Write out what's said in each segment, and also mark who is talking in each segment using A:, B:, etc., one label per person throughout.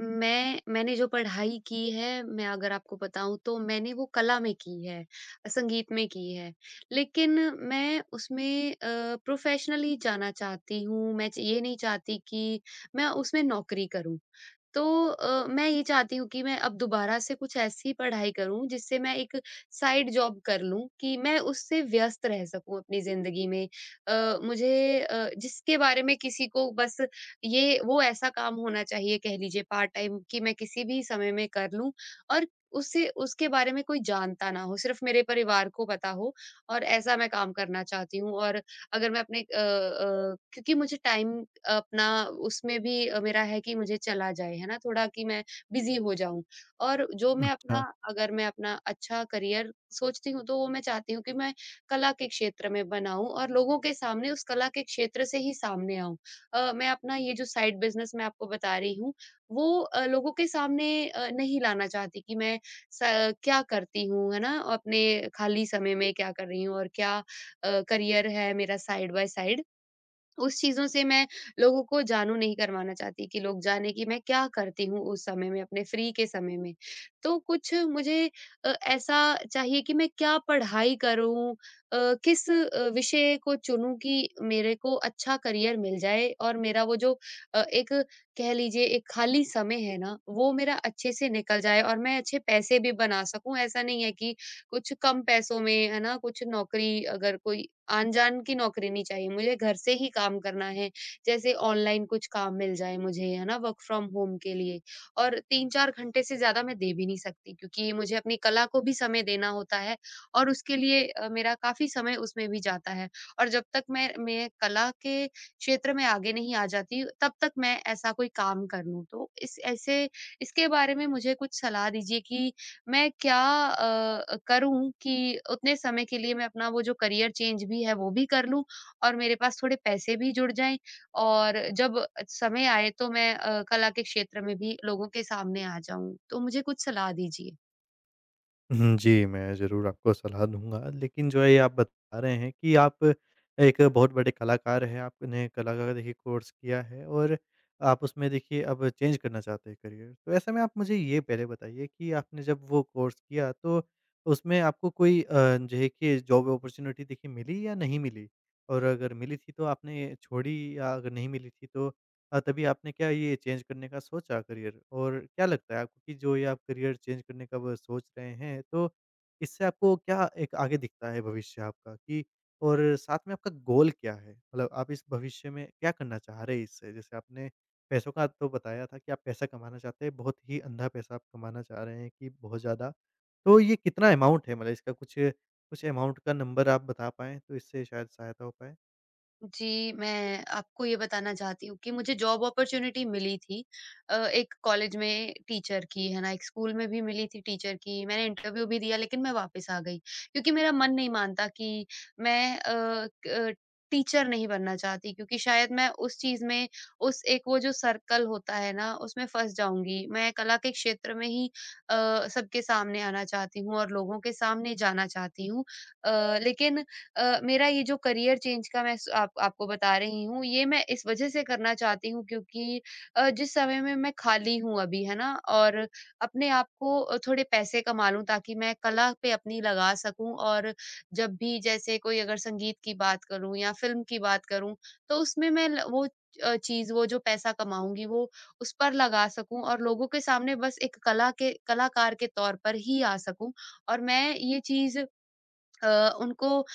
A: मैंने जो पढ़ाई की है, मैं अगर आपको बताऊँ तो मैंने वो कला में की है, संगीत में की है। लेकिन मैं उसमें प्रोफ़ेशनली जाना चाहती हूँ, मैं च ये नहीं चाहती कि मैं उसमें नौकरी करूँ। तो मैं ये चाहती हूँ कि मैं अब दोबारा से कुछ ऐसी पढ़ाई करूँ जिससे मैं एक साइड जॉब कर लूँ कि मैं उससे व्यस्त रह सकूँ अपनी ज़िंदगी में। जिसके बारे में किसी को बस ये वो ऐसा काम होना चाहिए कह लीजिए पार्ट टाइम कि मैं किसी भी समय में कर लूँ और उससे उसके बारे में कोई जानता ना हो, सिर्फ़ मेरे परिवार को पता हो और ऐसा मैं काम करना चाहती हूँ और अगर मैं अपने अ अ, क्योंकि मुझे टाइम अपना उसमें भी मेरा है कि मुझे चला जाए, है ना? थोड़ा कि मैं बिज़ी हो जाऊँ और जो मैं अपना
B: अच्छा।
A: अगर मैं अपना अच्छा करियर सोचती हूँ, तो वो मैं चाहती हूँ कि मैं कला के क्षेत्र में बनाऊँ और लोगों के सामने उस कला के क्षेत्र से ही सामने आऊँ। मैं अपना ये जो साइड बिज़नेस मैं आपको बता रही हूँ, वो लोगों के सामने नहीं लाना चाहती कि मैं स क्या करती हूँ, है ना? अपने खाली समय में क्या कर रही हूँ और क्या करियर है मेरा साइड बाय साइड, उस चीज़ों से मैं लोगों को जानू नहीं करवाना चाहती कि लोग जाने कि मैं क्या करती हूँ उस समय में, अपने फ्री के समय में। तो कुछ मुझे ऐसा चाहिए कि मैं क्या पढ़ाई करूँ अ, किस विषय को चुनूँ कि मेरे को अच्छा करियर मिल जाए और मेरा वो जो अ, एक कह लीजिए एक खाली समय है ना, वो मेरा अच्छे से निकल जाए और मैं अच्छे पैसे भी बना सकूँ। ऐसा नहीं है कि कुछ कम पैसों में, है ना, कुछ नौकरी अगर कोई आन-जान की नौकरी नहीं चाहिए, मुझे घर से ही काम करना है। जैसे ऑनलाइन कुछ काम मिल जाए मुझे, है ना, वर्क फ्रॉम होम के लिए और 3-4 घंटे से ज़्यादा मैं दे भी नहीं सकती क्योंकि मुझे अपनी कला को भी समय देना होता है और उसके लिए मेरा काफ़ी समय उसमें भी जाता है और जब तक मैं कला के क्षेत्र में आगे नहीं आ जाती, तब तक मैं ऐसा कोई काम कर लूँ। तो इस ऐसे इसके बारे में मुझे कुछ सलाह दीजिए कि मैं क्या करूँ कि उतने समय के लिए मैं अपना वो जो करियर चेंज भी है वो भी कर लूँ और मेरे पास थोड़े पैसे भी जुड़ जाएँ और जब समय आए तो मैं कला के क्षेत्र में भी लोगों के सामने आ जाऊँ। तो मुझे कुछ सलाह दीजिए।
B: हुँ, जी, मैं ज़रूर आपको सलाह दूँगा, लेकिन जो है ये आप बता रहे हैं कि आप एक बहुत बड़े कलाकार हैं, आपने कला का देखिए कोर्स किया है और आप उसमें देखिए अब चेंज करना चाहते हैं करियर। तो ऐसे में आप मुझे ये पहले बताइए कि आपने जब वो कोर्स किया तो उसमें आपको कोई देखिए जॉब अपॉर्च्युनिटी देखिए मिली या नहीं मिली? और अगर मिली थी तो आपने छोड़ी, या अगर नहीं मिली थी तो तभी आपने क्या ये चेंज करने का सोचा करियर? और क्या लगता है आपको कि जो ये आप करियर चेंज करने का ब सोच रहे हैं, तो इससे आपको क्या एक आगे दिखता है भविष्य आपका कि, और साथ में आपका गोल क्या है? मतलब आप इस भविष्य में क्या करना चाह रहे हैं इससे? जैसे आपने पैसों का तो बताया था कि आप पैसा कमाना चाहते हैं, बहुत ही अंधा पैसा आप कमाना चाह रहे हैं कि बहुत ज़्यादा। तो ये कितना अमाउंट है? मतलब इसका कुछ कुछ अमाउंट का नंबर आप बता पाएँ, तो इससे शायद सहायता हो पाए।
A: जी, मैं आपको ये बताना चाहती हूँ कि मुझे जॉब अपॉर्च्युनिटी मिली थी एक कॉलेज में टीचर की, है ना? एक स्कूल में भी मिली थी टीचर की। मैंने इंटरव्यू भी दिया लेकिन मैं वापस आ गई क्योंकि मेरा मन नहीं मानता कि मैं अ, क अ, टीचर नहीं बनना चाहती क्योंकि शायद मैं उस चीज़ में उस एक वो जो सर्कल होता है ना, उसमें फँस जाऊँगी। मैं कला के क्षेत्र में ही सबके सामने आना चाहती हूँ और लोगों के सामने जाना चाहती हूँ। लेकिन मेरा ये जो करियर चेंज का मैं स आप आपको बता रही हूँ, ये मैं इस वजह से करना चाहती हूँ क्योंकि जिस समय में मैं खाली हूँ अभी, है ना? और अपने आप को थोड़े पैसे कमा लूँ ताकि मैं कला पे अपनी लगा सकूँ और जब भी जैसे कोई अगर संगीत की बात करूँ या फ़िल्म की बात करूँ, तो उसमें मैं ल वो चीज़ वो जो पैसा कमाऊँगी वो उस पर लगा सकूँ और लोगों के सामने बस एक कला के कलाकार के तौर पर ही आ सकूँ और मैं ये चीज़ अ, उनको अ,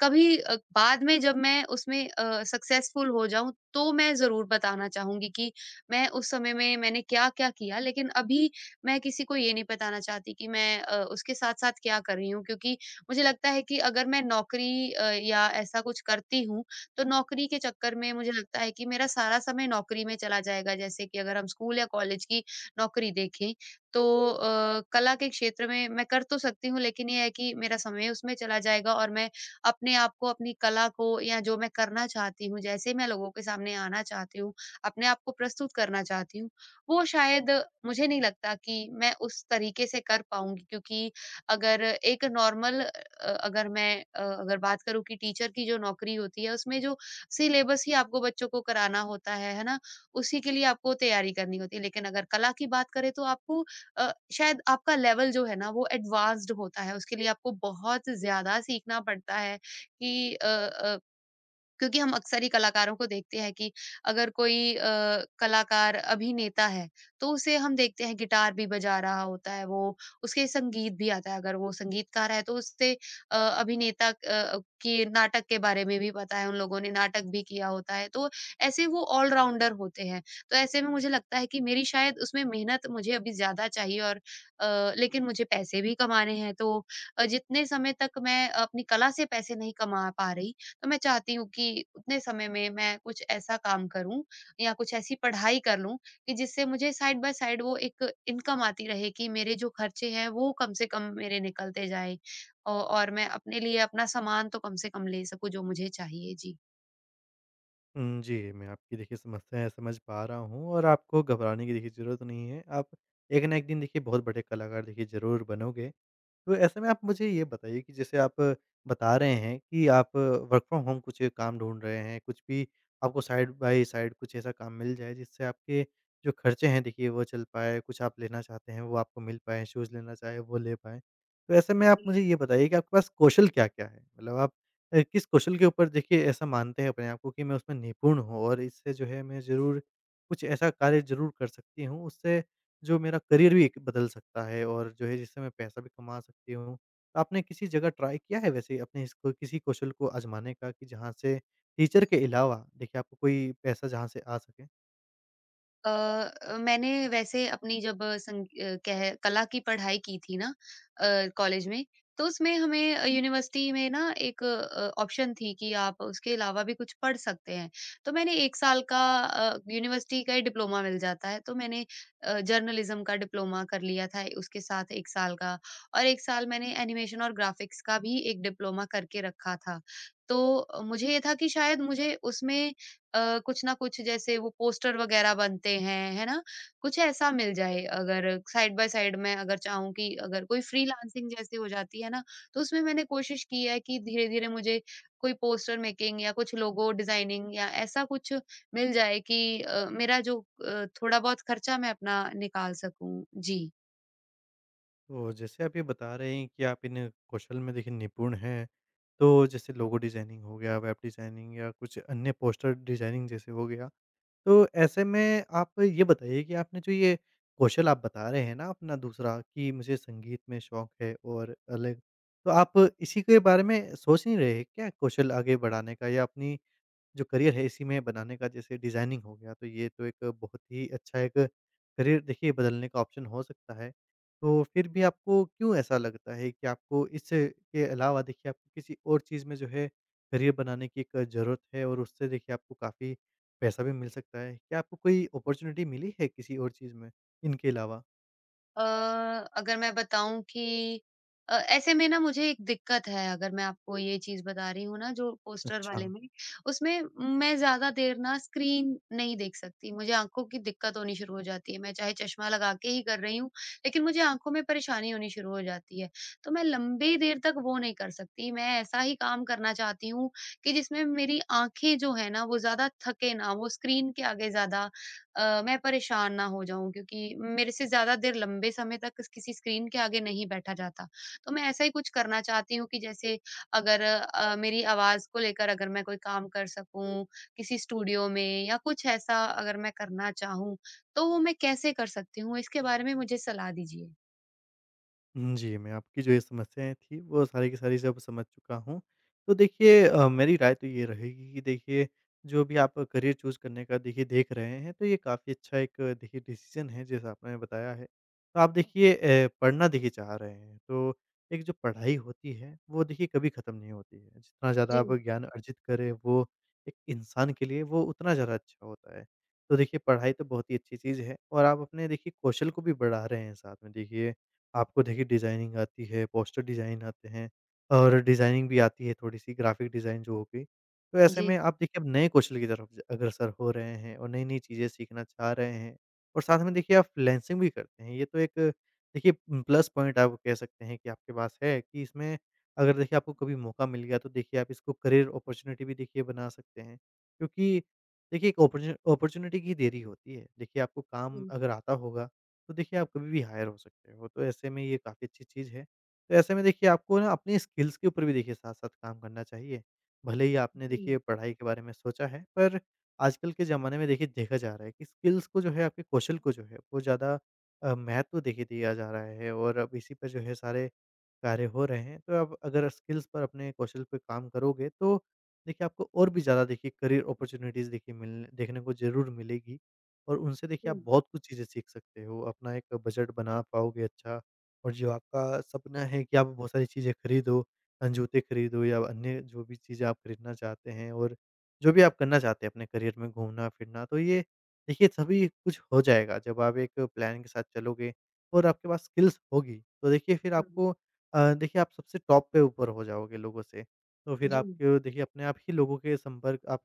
A: कभी अ, बाद में जब मैं उसमें सक्सेसफुल हो जाऊँ तो मैं ज़रूर बताना चाहूँगी कि मैं उस समय में मैंने क्या-क्या किया। लेकिन अभी मैं किसी को ये नहीं बताना चाहती कि मैं उसके साथ-साथ क्या कर रही हूँ क्योंकि मुझे लगता है कि अगर मैं नौकरी या ऐसा कुछ करती हूँ, तो नौकरी के चक्कर में मुझे लगता है कि मेरा सारा समय नौकरी में चला जाएगा। जैसे कि अगर हम स्कूल या कॉलेज की नौकरी देखें, तो कला के क्षेत्र में मैं कर तो सकती हूँ लेकिन ये है कि मेरा समय उसमें चला जाएगा और मैं अपने आप को अपनी कला को या जो मैं करना चाहती हूँ जैसे मैं लोगों के सामने आना चाहती हूँ, अपने आप को प्रस्तुत करना चाहती हूँ, वो शायद मुझे नहीं लगता कि मैं उस तरीके से कर पाऊंगी क्योंकि अगर एक नॉर्मल अगर मैं अ, अगर बात करूँ कि टीचर की जो नौकरी होती है उसमें जो सिलेबस ही आपको बच्चों को कराना होता है ना, उसी के लिए आपको तैयारी करनी होती है। लेकिन अगर कला की बात करें, तो आपको शायद आपका लेवल जो है ना वो एडवांस्ड होता है, उसके लिए आपको बहुत ज़्यादा सीखना पड़ता है कि क्योंकि हम अक्सर ही कलाकारों को देखते हैं कि अगर कोई कलाकार अभिनेता है, तो उसे हम देखते हैं गिटार भी बजा रहा होता है वो, उसके संगीत भी आता है अगर वो संगीतकार है, तो उससे अभिनेता की नाटक के बारे में भी पता है, उन लोगों ने नाटक भी किया होता है, तो ऐसे वो ऑलराउंडर होते हैं। तो ऐसे में मुझे लगता है कि मेरी शायद उसमें मेहनत मुझे अभी ज़्यादा चाहिए और लेकिन मुझे पैसे भी कमाने हैं, तो जितने समय तक मैं अपनी कला से पैसे नहीं कमा पा रही, तो मैं चाहती हूँ कि उतने समय में मैं कुछ ऐसा काम करूँ या कुछ ऐसी पढ़ाई कर लूँ कि जिससे मुझे साइड बाय साइड वो एक इनकम आती रहे कि मेरे जो खर्चे हैं वो कम से कम मेरे निकलते जाए और मैं अपने लिए अपना सामान तो कम से कम ले सकूं जो मुझे चाहिए जी।
B: हुँ, जी, मैं आपकी देखिए समस्याएँ समझ पा रहा हूँ, और आपको घबराने की देखिए ज़रूरत नहीं है। आप एक ना एक दिन देखिए बहुत बड़े कलाकार देखिए ज़रूर बनोगे। तो ऐसे में आप मुझे ये बताइए कि जैसे आप बता रहे हैं कि आप वर्क फ्रॉम होम कुछ काम ढूँढ रहे हैं, कुछ भी आपको साइड बाय साइड कुछ ऐसा काम मिल जाए जिससे आपके जो खर्चे हैं देखिए वो चल पाएँ, कुछ आप लेना चाहते हैं वो आपको मिल पाएँ, शूज़ लेना चाहे वो ले पाएँ। तो ऐसे में आप मुझे ये बताइए कि आपके पास कौशल क्या-क्या है? मतलब आप किस कौशल के ऊपर देखिए ऐसा मानते हैं अपने आप को कि मैं उसमें निपुण हूँ, और इससे जो है मैं ज़रूर कुछ ऐसा कार्य ज़रूर कर सकती हूँ, उससे जो मेरा करियर भी एक बदल सकता है, और जो है जिससे मैं पैसा भी कमा सकती हूँ। तो आपने किसी जगह ट्राई किया है वैसे अपने इसको किसी कौशल को आज़माने का कि जहाँ से टीचर के अलावा देखिए आपको कोई पैसा जहाँ से आ सके?
A: मैंने वैसे अपनी जब अ, संग अ, कह कला की पढ़ाई की थी ना अ, कॉलेज में, तो उसमें हमें यूनिवर्सिटी में ना एक ऑप्शन थी कि आप उसके अलावा भी कुछ पढ़ सकते हैं। तो मैंने 1 साल का यूनिवर्सिटी का ही डिप्लोमा मिल जाता है, तो मैंने जर्नलिज़्म का डिप्लोमा कर लिया था उसके साथ 1 साल का और 1 साल मैंने एनिमेशन और ग्राफ़िक्स का भी एक डिप्लोमा करके रखा था। तो मुझे ये था कि शायद मुझे उसमें कुछ ना कुछ जैसे वो पोस्टर वगैरह बनते हैं, है ना? कुछ ऐसा मिल जाए अगर साइड बाय साइड मैं अगर चाहूँ कि अगर कोई फ्रीलांसिंग जैसे हो जाती है ना, तो उसमें मैंने कोशिश की है कि धीरे-धीरे मुझे कोई पोस्टर मेकिंग या कुछ लोगो डिज़ाइनिंग या ऐसा कुछ मिल जाए कि मेरा जो थोड़ा बहुत खर्चा मैं अपना निकाल सकूँ। जी।
B: तो जैसे आप ये बता रहे हैं कि आप इन कौशल में देखिए निपुण हैं, तो जैसे लोगो डिज़ाइनिंग हो गया, वेब डिज़ाइनिंग या कुछ अन्य पोस्टर डिज़ाइनिंग जैसे हो गया। तो ऐसे में आप ये बताइए कि आपने जो ये कौशल आप बता रहे हैं ना अपना दूसरा, कि मुझे संगीत में शौक है और अलग, तो आप इसी के बारे में सोच नहीं रहे क्या कौशल आगे बढ़ाने का या अपनी जो करियर है इसी में बनाने का? जैसे डिज़ाइनिंग हो गया, तो ये तो एक बहुत ही अच्छा एक करियर देखिए बदलने का ऑप्शन हो सकता है। तो फिर भी आपको क्यों ऐसा लगता है कि आपको इसके अलावा देखिए आपको किसी और चीज़ में जो है करियर बनाने की एक ज़रूरत है, और उससे देखिए आपको काफ़ी पैसा भी मिल सकता है। क्या आपको कोई अपॉर्च्युनिटी मिली है किसी और चीज़ में, इनके अलावा?
A: अ, अगर मैं बताऊँ कि ऐसे में ना मुझे एक दिक्कत है अगर मैं आपको ये चीज़ बता रही हूँ ना जो पोस्टर
B: अच्छा।
A: वाले में, उसमें मैं ज़्यादा देर ना स्क्रीन नहीं देख सकती, मुझे आँखों की दिक्कत होनी शुरू हो जाती है, मैं चाहे चश्मा लगा के ही कर रही हूँ, लेकिन मुझे आँखों में परेशानी होनी शुरू हो जाती है। तो मैं लंबी देर तक वो नहीं कर सकती, मैं ऐसा ही काम करना चाहती हूँ कि जिसमें मेरी आँखें जो है ना वो ज़्यादा थके ना, वो स्क्रीन के आगे ज़्यादा मैं परेशान ना हो जाऊँ क्योंकि मेरे से ज़्यादा देर लंबे समय तक किसी स्क्रीन के आगे नहीं बैठा जाता। तो मैं ऐसा ही कुछ करना चाहती हूँ कि जैसे अगर मेरी आवाज़ को लेकर अगर मैं कोई काम कर सकूँ, किसी स्टूडियो में या कुछ ऐसा अगर मैं करना चाहूँ, तो वो मैं कैसे कर सकती हूँ? इसके बारे में मुझे सलाह दीजिए।
B: हुँ, जी, मैं आपकी जो ये समस्याएँ थी वो सारी की सारी सब समझ चुका हूँ। तो देखिए मेरी राय तो ये रहेगी कि देखिए जो भी आप करियर चूज़ करने का देखिए देख रहे हैं, तो ये काफ़ी अच्छा एक देखिए डिसीज़न है, जैसा आपने बताया है। तो आप देखिए पढ़ना देखिए चाह रहे हैं, तो एक जो पढ़ाई होती है वो देखिए कभी ख़त्म नहीं होती है। जितना
A: जी,
B: ज़्यादा आप
A: जी।
B: ज्ञान अर्जित करें, वो एक इंसान के लिए वो उतना ज़्यादा अच्छा होता है। तो देखिए पढ़ाई तो बहुत ही अच्छी चीज़ है, और आप अपने देखिए कौशल को भी बढ़ा रहे हैं साथ में। देखिए, आपको देखिए डिज़ाइनिंग आती है, पोस्टर डिज़ाइन आते हैं, और डिज़ाइनिंग भी आती है थोड़ी-सी, ग्राफ़िक डिज़ाइन जो हो गई। तो ऐसे
A: जी,
B: में आप देखिए अब नए कौशल की तरफ अग्रसर हो रहे हैं और नई-नई चीज़ें सीखना चाह रहे हैं, और साथ में देखिए आप फ्रीलांसिंग भी करते हैं। ये तो एक देखिए प्लस पॉइंट आप कह सकते हैं कि आपके पास है, कि इसमें अगर देखिए आपको कभी मौका मिल गया, तो देखिए आप इसको करियर अपॉर्च्युनिटी भी देखिए बना सकते हैं। क्योंकि देखिए एक अपॉर्च्युनिटी की देरी होती है। देखिए आपको काम अगर आता होगा, तो देखिए आप कभी भी हायर हो सकते हो। तो ऐसे में ये काफ़ी अच्छी चीज़ है। तो ऐसे में देखिए आपको ना अपनी स्किल्स के ऊपर भी देखिए साथ-साथ काम करना चाहिए। भले ही आपने
A: जी,
B: देखिए पढ़ाई के बारे में सोचा है, पर आजकल के ज़माने में देखिए देखा जा रहा है कि स्किल्स को जो है, आपके कौशल को जो है वो ज़्यादा महत्व देखिए दिया जा रहा है, और अब इसी पर जो है सारे कार्य हो रहे हैं। तो आप अगर स्किल्स पर अपने कौशल पे काम करोगे, तो देखिए आपको और भी ज़्यादा देखिए करियर अपॉर्च्युनिटीज़ देखिए मिलने, देखने को ज़रूर मिलेगी। और उनसे देखिए
A: जी,
B: आप बहुत कुछ चीज़ें सीख सकते हो, अपना एक बजट बना पाओगे अच्छा, और जो आपका सपना है कि आप बहुत सारी चीज़ें खरीदो, जूते खरीदो या अन्य जो भी चीज़ें आप खरीदना चाहते हैं, और जो भी आप करना चाहते हैं अपने करियर में घूमना-फिरना, तो ये देखिए सभी कुछ हो जाएगा जब आप एक प्लान के साथ चलोगे और आपके पास स्किल्स होगी, तो देखिए फिर
A: हुँ,
B: आपको देखिए आप सबसे टॉप पे ऊपर हो जाओगे लोगों से। तो फिर
A: जी,
B: आपके देखिए अपने आप ही लोगों के संपर्क आप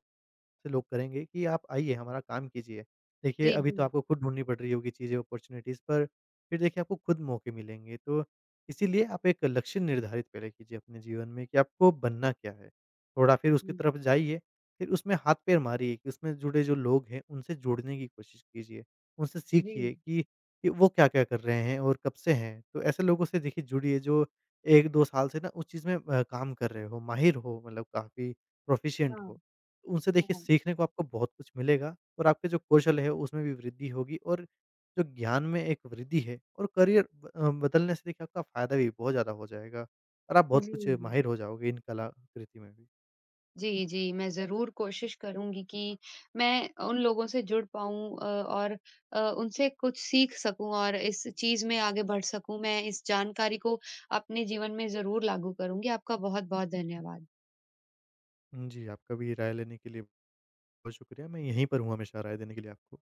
B: से लोग करेंगे कि आप आइए हमारा काम कीजिए। देखिए
A: जी,
B: अभी
A: जी,
B: तो आपको खुद ढूँढनी पड़ रही होगी चीज़ें, अपॉर्च्युनिटीज़, पर फिर देखिए आपको खुद मौके मिलेंगे। तो इसीलिए आप एक लक्ष्य निर्धारित पहले कीजिए अपने जीवन में कि आपको बनना क्या है? थोड़ा फिर उसकी
A: हुँ,
B: तरफ जाइए, फिर उसमें हाथ-पैर मारिए कि उसमें जुड़े जो लोग हैं उनसे जुड़ने की कोशिश कीजिए। उनसे
A: जी,
B: सीखिए कि वो क्या-क्या कर रहे हैं और कब से हैं। तो ऐसे लोगों से देखिए जुड़िए जो 1-2 साल से ना उस चीज़ में काम कर रहे हो, माहिर हो, मतलब काफ़ी प्रोफ़िशिएंट
A: हाँ,
B: हो। उनसे देखिए
A: हाँ,
B: सीखने को आपको बहुत कुछ मिलेगा, और आपके जो कौशल है उसमें भी वृद्धि होगी, और जो ज्ञान में एक वृद्धि है और करियर बदलने से देखिए आपका फ़ायदा भी बहुत ज़्यादा हो जाएगा, और आप बहुत
A: जी।
B: कुछ माहिर हो जाओगे इन कलाकृति में भी।
A: जी, जी। मैं ज़रूर कोशिश करूँगी कि मैं उन लोगों से जुड़ पाऊँ और उनसे कुछ सीख सकूँ और इस चीज़ में आगे बढ़ सकूँ। मैं इस जानकारी को अपने जीवन में ज़रूर लागू करूँगी। आपका बहुत-बहुत धन्यवाद।
B: जी, आपका भी राय लेने के लिए बहुत शुक्रिया। मैं यहीं पर हूँ हमेशा राय देने के लिए आपको।